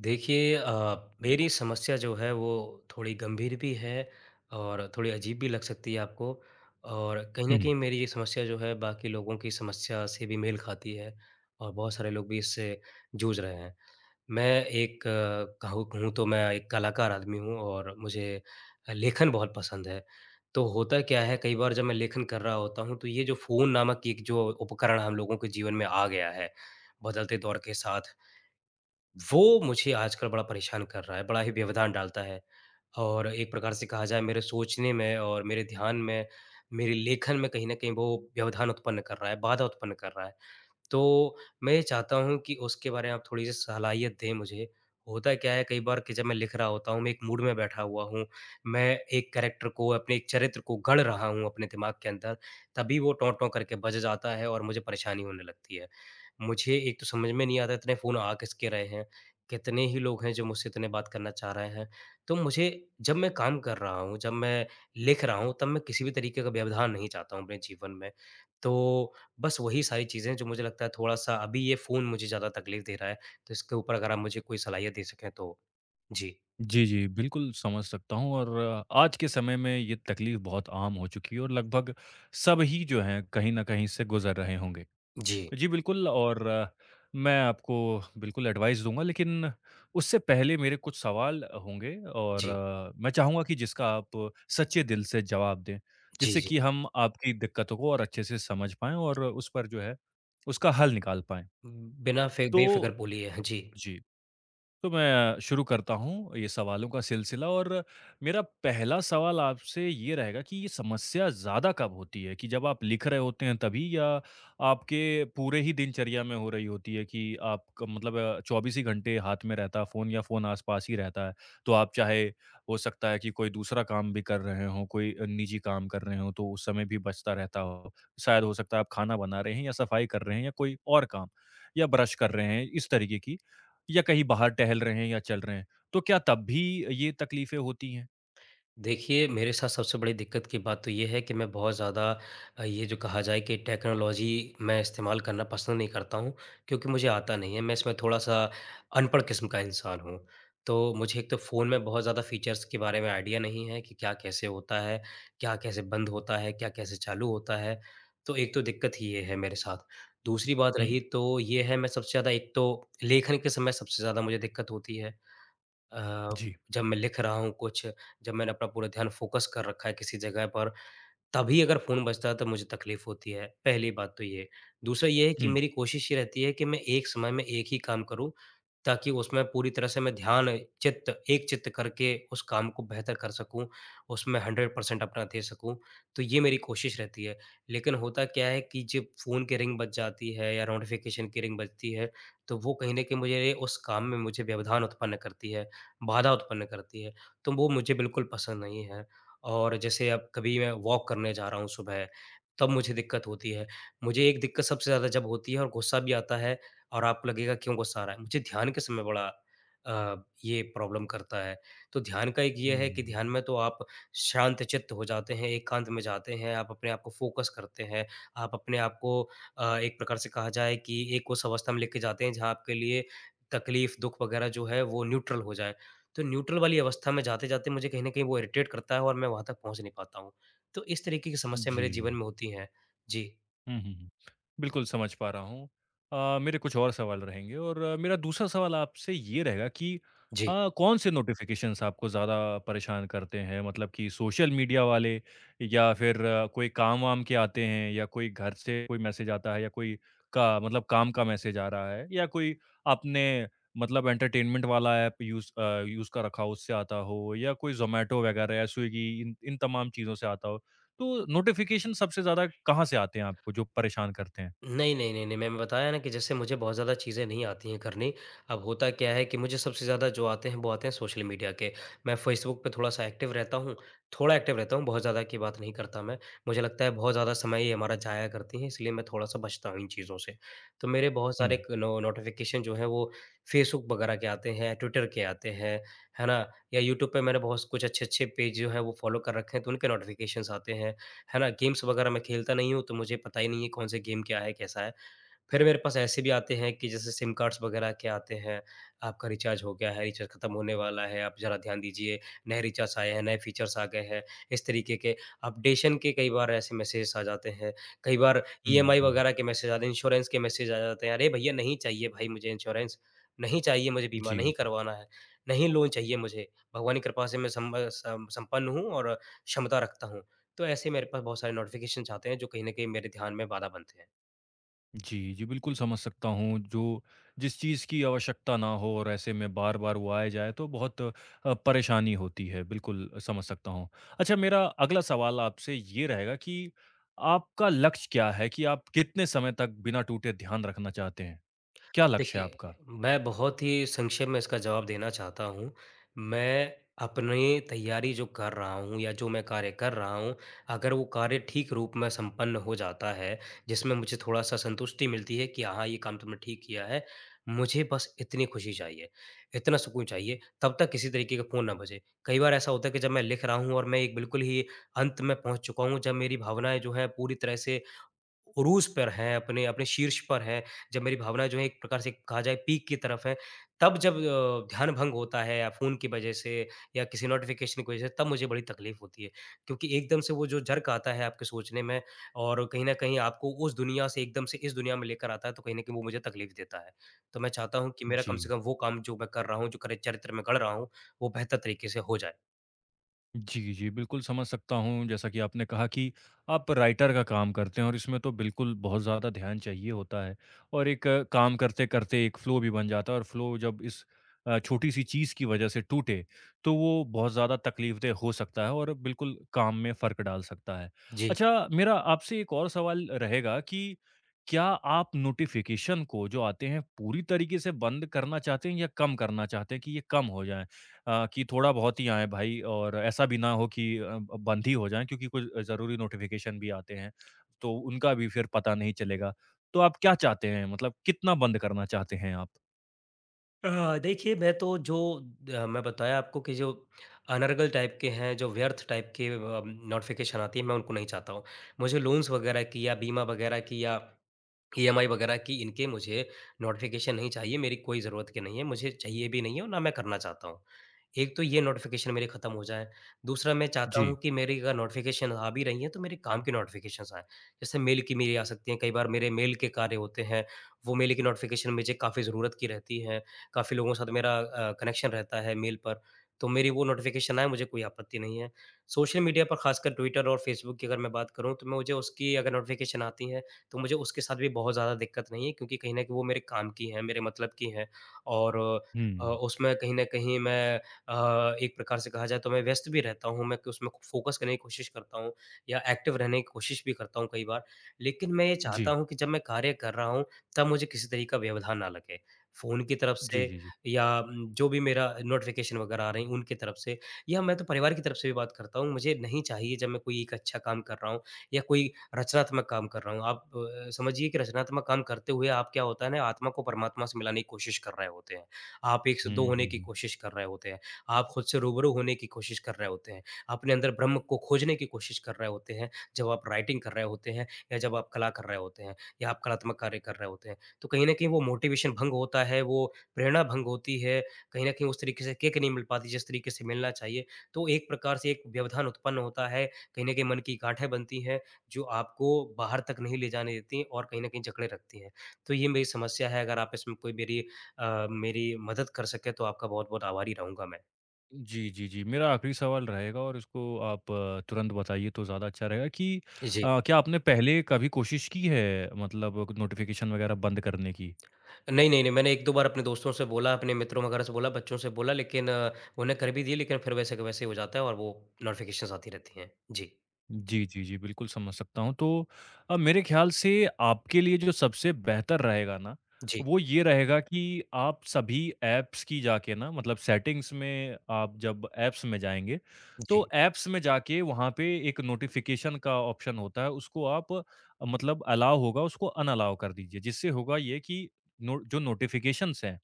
देखिए मेरी समस्या जो है वो थोड़ी गंभीर भी है और थोड़ी अजीब भी लग सकती है आपको और कहीं न हुँ। कहीं मेरी ये समस्या जो है बाकी लोगों की समस्या से भी मेल खाती है और बहुत सारे लोग भी इससे जूझ रहे हैं। मैं एक कहूँ कहूँ तो मैं एक कलाकार आदमी हूँ और मुझे लेखन बहुत पसंद है। तो होता क्या है कई बार जब मैं लेखन कर रहा होता हूँ तो ये जो फ़ोन नामक एक जो उपकरण हम लोगों के जीवन में आ गया है, बदलते दौर के साथ वो मुझे आजकल बड़ा परेशान कर रहा है, बड़ा ही व्यवधान डालता है और एक प्रकार से कहा जाए मेरे सोचने में और मेरे ध्यान में, मेरे लेखन में कहीं न कहीं वो व्यवधान उत्पन्न कर रहा है, बाधा उत्पन्न कर रहा है। तो मैं ये चाहता हूँ कि उसके बारे में आप थोड़ी-सी सलाहियत दें मुझे। होता क्या है कई बार कि जब मैं लिख रहा होता हूँ, मैं एक मूड में बैठा हुआ हूँ, मैं एक कैरेक्टर को, अपने एक चरित्र को गढ़ रहा हूँ अपने दिमाग के अंदर, तभी वो टौं टौं करके बज जाता है और मुझे परेशानी होने लगती है। मुझे एक तो समझ में नहीं आता इतने फ़ोन आ किसके रहे हैं, कितने ही लोग हैं जो मुझसे इतने बात करना चाह रहे हैं। तो मुझे जब मैं काम कर रहा हूँ, जब मैं लिख रहा हूँ, तब मैं किसी भी तरीके का व्यवधान नहीं चाहता हूँ अपने जीवन में। तो बस वही सारी चीज़ें जो मुझे लगता है थोड़ा-सा अभी ये फ़ोन मुझे ज़्यादा तकलीफ़ दे रहा है, तो इसके ऊपर अगर आप मुझे कोई सलाहियत दे सकें तो जी। जी, जी, बिल्कुल समझ सकता हूँ और आज के समय में ये तकलीफ़ बहुत आम हो चुकी है और लगभग सभी जो हैं कहीं न कहीं से गुज़र रहे होंगे। जी, जी, बिल्कुल और मैं आपको बिल्कुल एडवाइस दूँगा लेकिन उससे पहले मेरे कुछ सवाल होंगे और जी, मैं चाहूँगा कि जिसका आप सच्चे दिल से जवाब दें, जी, जिससे जी। कि हम आपकी दिक्कतों को और अच्छे से समझ पाएँ और उस पर जो है उसका हल निकाल पाएँ। बिना फ़ि बेफ़िक्र तो बोलिए। हाँ जी। जी। तो मैं शुरू करता हूँ ये सवालों का सिलसिला और मेरा पहला सवाल आपसे ये रहेगा कि ये समस्या ज़्यादा कब होती है? कि जब आप लिख रहे होते हैं तभी या आपके पूरे ही दिनचर्या में हो रही होती है कि आपका मतलब 24 ही घंटे हाथ में रहता है फ़ोन या फ़ोन आस-पास ही रहता है? तो आप चाहे हो सकता है कि कोई दूसरा काम भी कर रहे हों, कोई निजी काम कर रहे हों तो उस समय भी बचता रहता हो। शायद हो सकता है आप खाना बना रहे हैं या सफाई कर रहे हैं या कोई और काम या ब्रश कर रहे हैं, इस तरीके की या कहीं बाहर टहल रहे हैं या चल रहे हैं, तो क्या तब भी ये तकलीफ़ें होती हैं? देखिए, मेरे साथ सबसे बड़ी दिक्कत की बात तो ये है कि मैं बहुत ज़्यादा ये जो कहा जाए कि टेक्नोलॉजी मैं इस्तेमाल करना पसंद नहीं करता हूँ, क्योंकि मुझे आता नहीं है। मैं इसमें थोड़ा-सा अनपढ़ किस्म का इंसान हूँ। तो मुझे एक तो फ़ोन में बहुत ज़्यादा फ़ीचर्स के बारे में आइडिया नहीं है कि क्या कैसे होता है, क्या कैसे बंद होता है, क्या कैसे चालू होता है। तो एक तो दिक्कत ही ये है मेरे साथ। दूसरी बात हुँ, रही तो ये है मैं सबसे ज़्यादा एक तो लेखन के समय सबसे ज़्यादा मुझे दिक्कत होती है। अ, जी। जब मैं लिख रहा हूँ कुछ, जब मैंने अपना पूरा ध्यान फ़ोकस कर रखा है किसी जगह पर, तभी अगर फ़ोन बजता है, तब मुझे तकलीफ़ होती है, पहली बात तो ये। दूसरा ये है कि हुँ, मेरी कोशिश ये रहती है कि मैं एक समय में एक ही काम करूँ, ताकि उसमें पूरी तरह से मैं ध्यान चित्त एकचित्त करके उस काम को बेहतर कर सकूँ, उसमें 100% अपना दे सकूँ, तो ये मेरी कोशिश रहती है। लेकिन होता क्या है कि जब फ़ोन की रिंग बज जाती है या नोटिफ़िकेशन की रिंग बजती है, तो वो कहीं न कहीं मुझे उस काम में मुझे व्यवधान उत्पन्न करती है, बाधा उत्पन्न करती है, तो वो मुझे बिल्कुल पसंद नहीं है। और जैसे अब कभी मैं वॉक करने जा रहा हूँ सुबह, तब मुझे दिक्कत होती है। मुझे एक दिक्कत सबसे ज़्यादा जब होती है और गुस्सा भी आता है और आपको लगेगा क्यों गुस्सा आ रहा है, मुझे ध्यान के समय बड़ा अ, ये प्रॉब्लम करता है। तो ध्यान का एक ये है कि हुँ, ध्यान में तो आप शांतचित्त हो जाते हैं, एकांत में जाते हैं, आप अपने आप को फ़ोकस करते हैं, आप अपने आप को एक प्रकार से कहा जाए कि एक उस अवस्था में लेके जाते हैं जहाँ आपके लिए तकलीफ़, दुःख वगैरह जो है वो न्यूट्रल हो जाए। तो न्यूट्रल वाली अवस्था में जाते-जाते मुझे कहीं न कहीं वो इरिटेट करता है और मैं वहाँ तक पहुँच नहीं पाता हूँ। तो इस तरीके की समस्या मेरे जीवन जी। में होती हैं। जी। हुँ, हुँ, हुँ। बिल्कुल समझ पा रहा हूँ। मेरे कुछ और सवाल रहेंगे और मेरा दूसरा सवाल आपसे ये रहेगा कि जी। कौन-से नोटिफ़िकेशंस आपको ज़्यादा परेशान करते हैं? मतलब कि सोशल मीडिया वाले या फिर कोई काम-वाम के आते हैं या कोई घर से कोई मैसेज आता है या कोई का मतलब काम का मैसेज आ रहा है या कोई आपने मतलब एंटरटेनमेंट वाला ऐप यूज़ कर रखा हो उससे आता हो या कोई ज़ोमैटो वगैरह या स्विगी इन इन तमाम चीज़ों से आता हो। तो नोटिफ़िकेशन सबसे ज़्यादा कहाँ से आते हैं आपको जो परेशान करते हैं? नहीं, नहीं, नहीं, नहीं, मैंने बताया ना कि जैसे मुझे बहुत ज़्यादा चीज़ें नहीं आती हैं करनी। अब होता क्या है कि मुझे सबसे ज़्यादा जो आते हैं, वो आते हैं सोशल मीडिया के। मैं फ़ेसबुक पे थोड़ा-सा एक्टिव रहता हूँ, थोड़ा एक्टिव रहता हूँ, बहुत ज़्यादा की बात नहीं करता मैं। मुझे लगता है बहुत ज़्यादा समय ही हमारा जाया करती है, इसलिए मैं थोड़ा-सा बचता हूँ इन चीज़ों से। तो मेरे बहुत हुँ। सारे क नो नोटिफ़िकेशन जो हैं वो फ़ेसबुक वगैरह के आते हैं, ट्विटर के आते हैं, है ना? या यूट्यूब पे मैंने बहुत कुछ अच्छे-अच्छे पेज जो हैं वो फ़ॉलो कर रखे हैं, तो उनके नोटिफ़िकेशंस आते हैं। है ना? गेम्स वगैरह मैं खेलता नहीं हूँ, तो मुझे पता ही नहीं है कौन से गेम क्या है, कैसा है? फिर मेरे पास ऐसे भी आते हैं कि जैसे सिम कार्ड्स वगैरह के आते हैं, आपका रिचार्ज हो गया है, रिचार्ज खत्म होने वाला है, आप ज़रा ध्यान दीजिए, नए रिचार्ज आए हैं, नए फीचर्स आ गए हैं। इस तरीके के अपडेशन के कई बार ऐसे मैसेजेस आ जाते हैं, कई बार ईएमआई हुँ, वगैरह के मैसेज आते हैं, इंश्योरेंस के मैसेज आ जाते हैं, "अरे भैया नहीं चाहिए भाई मुझे इंश्योरेंस, नहीं चाहिए मुझे बीमा, जी, नहीं जी। करवाना है, नहीं लोन चाहिए मुझे, भगवान की कृपा से मैं सम संपन्न हूँ और क्षमता रखता हूँ।" तो ऐसे मेरे पास बहुत सारे नोटिफ़िकेशंस आते हैं जो कहीं न कहीं मेरे ध्यान में बाधा बनते हैं। जी, जी, बिल्कुल समझ सकता हूँ जो जिस चीज़ की आवश्यकता ना हो और ऐसे में बार-बार वो आए जाए तो बहुत परेशानी होती है, बिल्कुल समझ सकता हूँ। अच्छा मेरा अगला सवाल आपसे ये रहेगा कि आपका लक्ष्य क्या है कि आप कितने समय तक बिना टूटे ध्यान रखना चाहते हैं? क्या लक्ष्य है देखिए, आपका? मैं बहुत ही संक्षेप में इसका जवाब देना चाहता हूँ। मैं अपनी तैयारी जो कर रहा हूँ या जो मैं कार्य कर रहा हूँ, अगर वो कार्य ठीक रूप में संपन्न हो जाता है, जिसमें मुझे थोड़ा-सा संतुष्टि मिलती है कि हाँ, ये काम तुमने ठीक किया है। मुझे बस इतनी खुशी चाहिए, इतना सुकून चाहिए, तब तक किसी तरीके का फ़ोन ना बजे। कई बार ऐसा होता है कि जब मैं लिख रहा हूँ और मैं एक बिल्कुल ही अंत में पहुँच चुका हूँ, जब मेरी भावनाएँ जो हैं पूरी तरह से उरूज़ पर हैं, अपने अपने शीर्ष पर हैं, जब मेरी भावनाएँ जो हैं एक प्रकार से कहा जाए पीक की तरफ हैं, तब जब ध्यान भंग होता है या फ़ोन की वजह से या किसी नोटिफ़िकेशन की वजह से तब मुझे बड़ी तकलीफ़ होती है। क्योंकि एकदम से वो जो झर्क आता है आपके सोचने में और कहीं न कहीं आपको उस दुनिया से एकदम से इस दुनिया में लेकर आता है, तो कहीं न कहीं वो मुझे तकलीफ़ देता है। तो मैं चाहता हूँ कि मेरा कम से जी। कम वो काम जो मैं कर रहा हूँ, जो करे चरित्र में गढ़ रहा हूँ, वो बेहतर तरीके से हो जाए। जी, जी, बिल्कुल समझ सकता हूँ। जैसा कि आपने कहा कि आप राइटर का काम करते हैं और इसमें तो बिल्कुल बहुत ज़्यादा ध्यान चाहिए होता है और एक काम करते-करते एक फ़्लो भी बन जाता है और फ़्लो जब इस छोटी-सी चीज़ की वजह से टूटे, तो वो बहुत ज़्यादा तकलीफ़देह हो सकता है और बिल्कुल काम में फ़र्क डाल सकता है। जी। अच्छा, मेरा आपसे एक और सवाल रहेगा कि क्या आप नोटिफ़िकेशन को जो आते हैं पूरी तरीके से बंद करना चाहते हैं या कम करना चाहते हैं कि ये कम हो जाएँ? कि थोड़ा बहुत ही आए भाई और ऐसा भी ना हो कि अ, ब बंद ही हो जाएँ क्योंकि कुछ ज़रूरी नोटिफ़िकेशन भी आते हैं, तो उनका भी फिर पता नहीं चलेगा। तो आप क्या चाहते हैं? मतलब कितना बंद करना चाहते हैं आप? देखिए मैं तो मैं बताया आपको कि जो अनर्गल टाइप के हैं, जो व्यर्थ टाइप के नोटिफ़िकेशन आती है मैं उनको नहीं चाहता हूँ। मुझे लोन्स वग़ैरह की या बीमा वग़ैरह की या ईएमआई वगैरह की इनके मुझे नोटिफ़िकेशन नहीं चाहिए, मेरी कोई ज़रूरत के नहीं है, मुझे चाहिए भी नहीं है और ना मैं करना चाहता हूँ। एक तो ये नोटिफ़िकेशन मेरे खत्म हो जाएँ, दूसरा मैं चाहता जी। हूँ कि मेरी अगर नोटिफ़िकेशन आ भी रही हैं, तो मेरे काम की नोटिफ़िकेशंस आएँ। जैसे मेल की मेरी आ सकती हैं, कई बार मेरे मेल के कार्य होते हैं, वो मेल की नोटिफ़िकेशन मुझे काफ़ी ज़रूरत की रहती है, काफ़ी लोगों के साथ मेरा कनेक्शन रहता है मेल पर, तो मेरी वो नोटिफ़िकेशन आए, मुझे कोई आपत्ति नहीं है। सोशल मीडिया पर खासकर ट्विटर और फ़ेसबुक की अगर मैं बात करूँ, तो मुझे उसकी अगर नोटिफ़िकेशन आती है, तो मुझे उसके साथ भी बहुत ज़्यादा दिक्कत नहीं है क्योंकि कहीं न कहीं वो मेरे काम की हैं, मेरे मतलब की हैं और हुँ। उसमें कहीं न कहीं मैं एक प्रकार से कहा जाए तो मैं व्यस्त भी रहता हूँ, मैं उसमें फ़ोकस करने की कोशिश करता हूँ या एक्टिव रहने की कोशिश भी करता हूँ कई बार। लेकिन मैं ये चाहता जी। हूँ कि जब मैं कार्य कर रहा हूँ, तब मुझे किसी तरह का व्यवधान ना लगे। फ़ोन की तरफ से जी, जी, जी। या जो भी मेरा नोटिफ़िकेशन वगैरह आ रही हैं, उनकी तरफ से या मैं तो परिवार की तरफ से भी बात करता हूँ। मुझे नहीं चाहिए जब मैं कोई एक अच्छा काम कर रहा हूँ या कोई रचनात्मक काम कर रहा हूँ। आप समझिए कि रचनात्मक काम करते हुए आप क्या होता है ना आत्मा को परमात्मा से मिलाने की कोशिश कर रहे होते हैं। आप एक से दो हुँ, होने हुँ, की हुँ। कोशिश कर रहे होते हैं। आप खुद से रूबरू होने की कोशिश कर रहे होते हैं। अपने अंदर ब्रह्म को खोजने की कोशिश कर रहे होते हैं, जब आप राइटिंग कर रहे होते हैं या जब आप कला कर रहे होते हैं या आप कलात्मक कार्य कर रहे होते हैं। तो कहीं न कहीं वो मोटिवेशन भंग होता है, वो प्रेरणा भंग होती है, कहीं न कहीं उस तरीके से किक नहीं मिल पाती जिस तरीके से मिलना चाहिए। तो एक प्रकार से एक व्यवधान उत्पन्न होता है, कहीं न कहीं मन की गाँठें बनती हैं जो आपको बाहर तक नहीं ले जाने देती हैं और कहीं न कहीं जकड़े रखती हैं। तो ये मेरी समस्या है, अगर आप इसमें कोई मेरी मदद कर सकें तो आपका बहुत-बहुत आभारी रहूँगा मैं। जी, जी, जी। मेरा आखिरी सवाल रहेगा और इसको आप तुरंत बताइए तो ज़्यादा अच्छा रहेगा कि जी। क्या आपने पहले कभी कोशिश की है मतलब नोटिफ़िकेशन वगैरह बंद करने की? नहीं, नहीं, नहीं, मैंने 1-2 बार अपने दोस्तों से बोला, अपने मित्रों वगैरह से बोला, बच्चों से बोला लेकिन उन्हें कर भी दिए लेकिन फिर वैसे का वैसे ही हो जाता है और वो नोटिफ़िकेशंस आती रहती हैं। जी। जी, जी, जी, बिल्कुल समझ सकता हूँ। तो मेरे ख़्याल से आपके लिए जो सबसे बेहतर रहेगा ना, जी। वो ये रहेगा कि आप सभी ऐप्स की जाके ना मतलब सेटिंग्स में आप जब ऐप्स में जाएँगे, तो जी। ऐप्स में जाके वहाँ पे एक नोटिफ़िकेशन का ऑप्शन होता है, उसको आप मतलब अलाउ होगा, उसको अनअलाउ कर दीजिए। जिससे होगा ये कि नो जो नोटिफ़िकेशंस हैं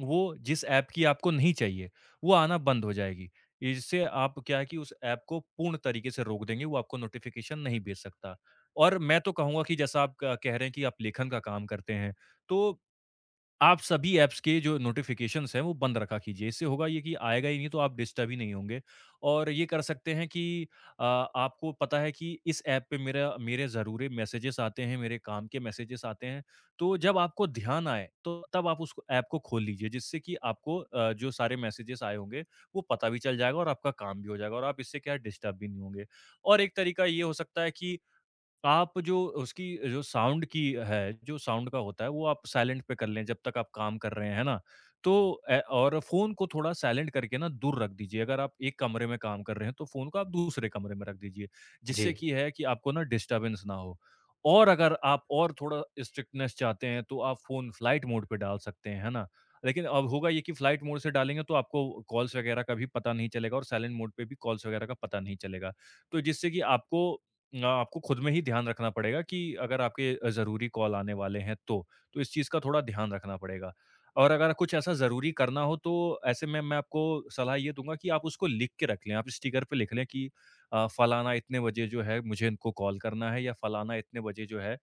वो जिस ऐप की आपको नहीं चाहिए, वो आना बंद हो जाएगी। इससे आप क्या है कि उस ऐप को पूर्ण तरीके से रोक देंगे, वो आपको नोटिफ़िकेशन नहीं भेज सकता। और मैं तो कहूँगा कि जैसा आप क कह रहे हैं कि आप लेखन का काम करते हैं, तो आप सभी ऐप्स के जो नोटिफिकेशंस हैं वो बंद रखा कीजिए। इससे होगा ये कि आएगा ही नहीं तो आप डिस्टर्ब ही नहीं होंगे और ये कर सकते हैं कि आपको पता है कि इस ऐप पे मेरा मेरे ज़रूरी मैसेजेस आते हैं, मेरे काम के मैसेजेस आते हैं। तो जब आपको ध्यान आए तो तब आप उस ऐप को खोल लीजिए जिससे कि आपको जो सारे मैसेजेस आए होंगे वो पता भी चल जाएगा और आपका काम भी हो जाएगा और आप इससे क्या है डिस्टर्ब भी नहीं होंगे। और एक तरीका ये हो सकता है कि आप जो उसकी जो साउंड का होता है, वो आप साइलेंट पे कर लें जब तक आप काम कर रहे हैं, है ना? तो ए और फ़ोन को थोड़ा साइलेंट करके ना दूर रख दीजिए। अगर आप एक कमरे में काम कर रहे हैं, तो फ़ोन को आप दूसरे कमरे में रख दीजिए, जी। जिससे कि है कि आपको ना डिस्टर्बेंस ना हो। और अगर आप और थोड़ा स्ट्रिक्टनेस चाहते हैं, तो आप फ़ोन फ्लाइट मोड पे डाल सकते हैं, है ना? लेकिन अब होगा ये कि फ्लाइट मोड से डालेंगे तो आपको कॉल्स वगैरह का भी पता नहीं चलेगा और साइलेंट मोड पे भी कॉल्स वगैरह का पता नहीं चलेगा। तो जिससे कि आपको खुद में ही ध्यान रखना पड़ेगा कि अगर आपके ज़रूरी कॉल आने वाले हैं तो इस चीज़ का थोड़ा ध्यान रखना पड़ेगा। और अगर कुछ ऐसा ज़रूरी करना हो तो ऐसे में मैं आपको सलाह ये दूँगा कि आप उसको लिख के रख लें, आप स्टिकर पे लिख लें कि फलाना इतने बजे जो है मुझे इनको कॉल करना है या फलाना इतने बजे जो है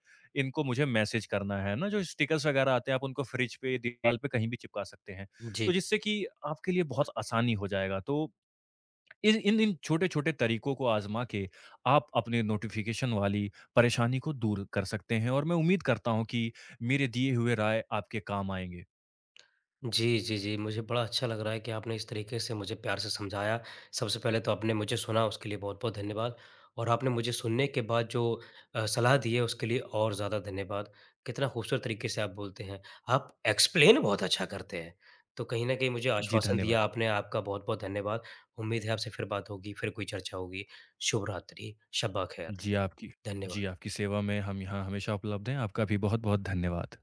इनको मुझे मैसेज करना है ना? जो स्टिकर्स वगैरह आते हैं आप उनको फ्रिज पे, दीवार पे कहीं भी चिपका सकते हैं। तो जी। जिससे कि आपके लिए बहुत आसानी हो जाएगा। तो इन इन इन छोटे-छोटे तरीकों को आज़मा के आप अपने नोटिफ़िकेशन वाली परेशानी को दूर कर सकते हैं और मैं उम्मीद करता हूँ कि मेरे दिए हुए राय आपके काम आएँगे। जी, जी, जी। मुझे बड़ा अच्छा लग रहा है कि आपने इस तरीके से मुझे प्यार से समझाया। सबसे पहले तो आपने मुझे सुना उसके लिए बहुत-बहुत धन्यवाद और आपने मुझे सुनने के बाद जो सलाह दी है उसके लिए और ज़्यादा धन्यवाद। कितना खूबसूरत तरीके से आप बोलते हैं। आप एक्सप्लेन बहुत अच्छा करते हैं। तो कहीं न कहीं मुझे जी, आश्वासन धन्यवाद। दिया आपने, आपका बहुत-बहुत धन्यवाद। उम्मीद है आपसे फिर बात होगी, फिर कोई चर्चा होगी। शुभ रात्रि, शब्बा खैर। जी, आपकी जी, धन्यवाद। आपकी सेवा में हम यहाँ हमेशा उपलब्ध हैं। आपका भी बहुत-बहुत धन्यवाद।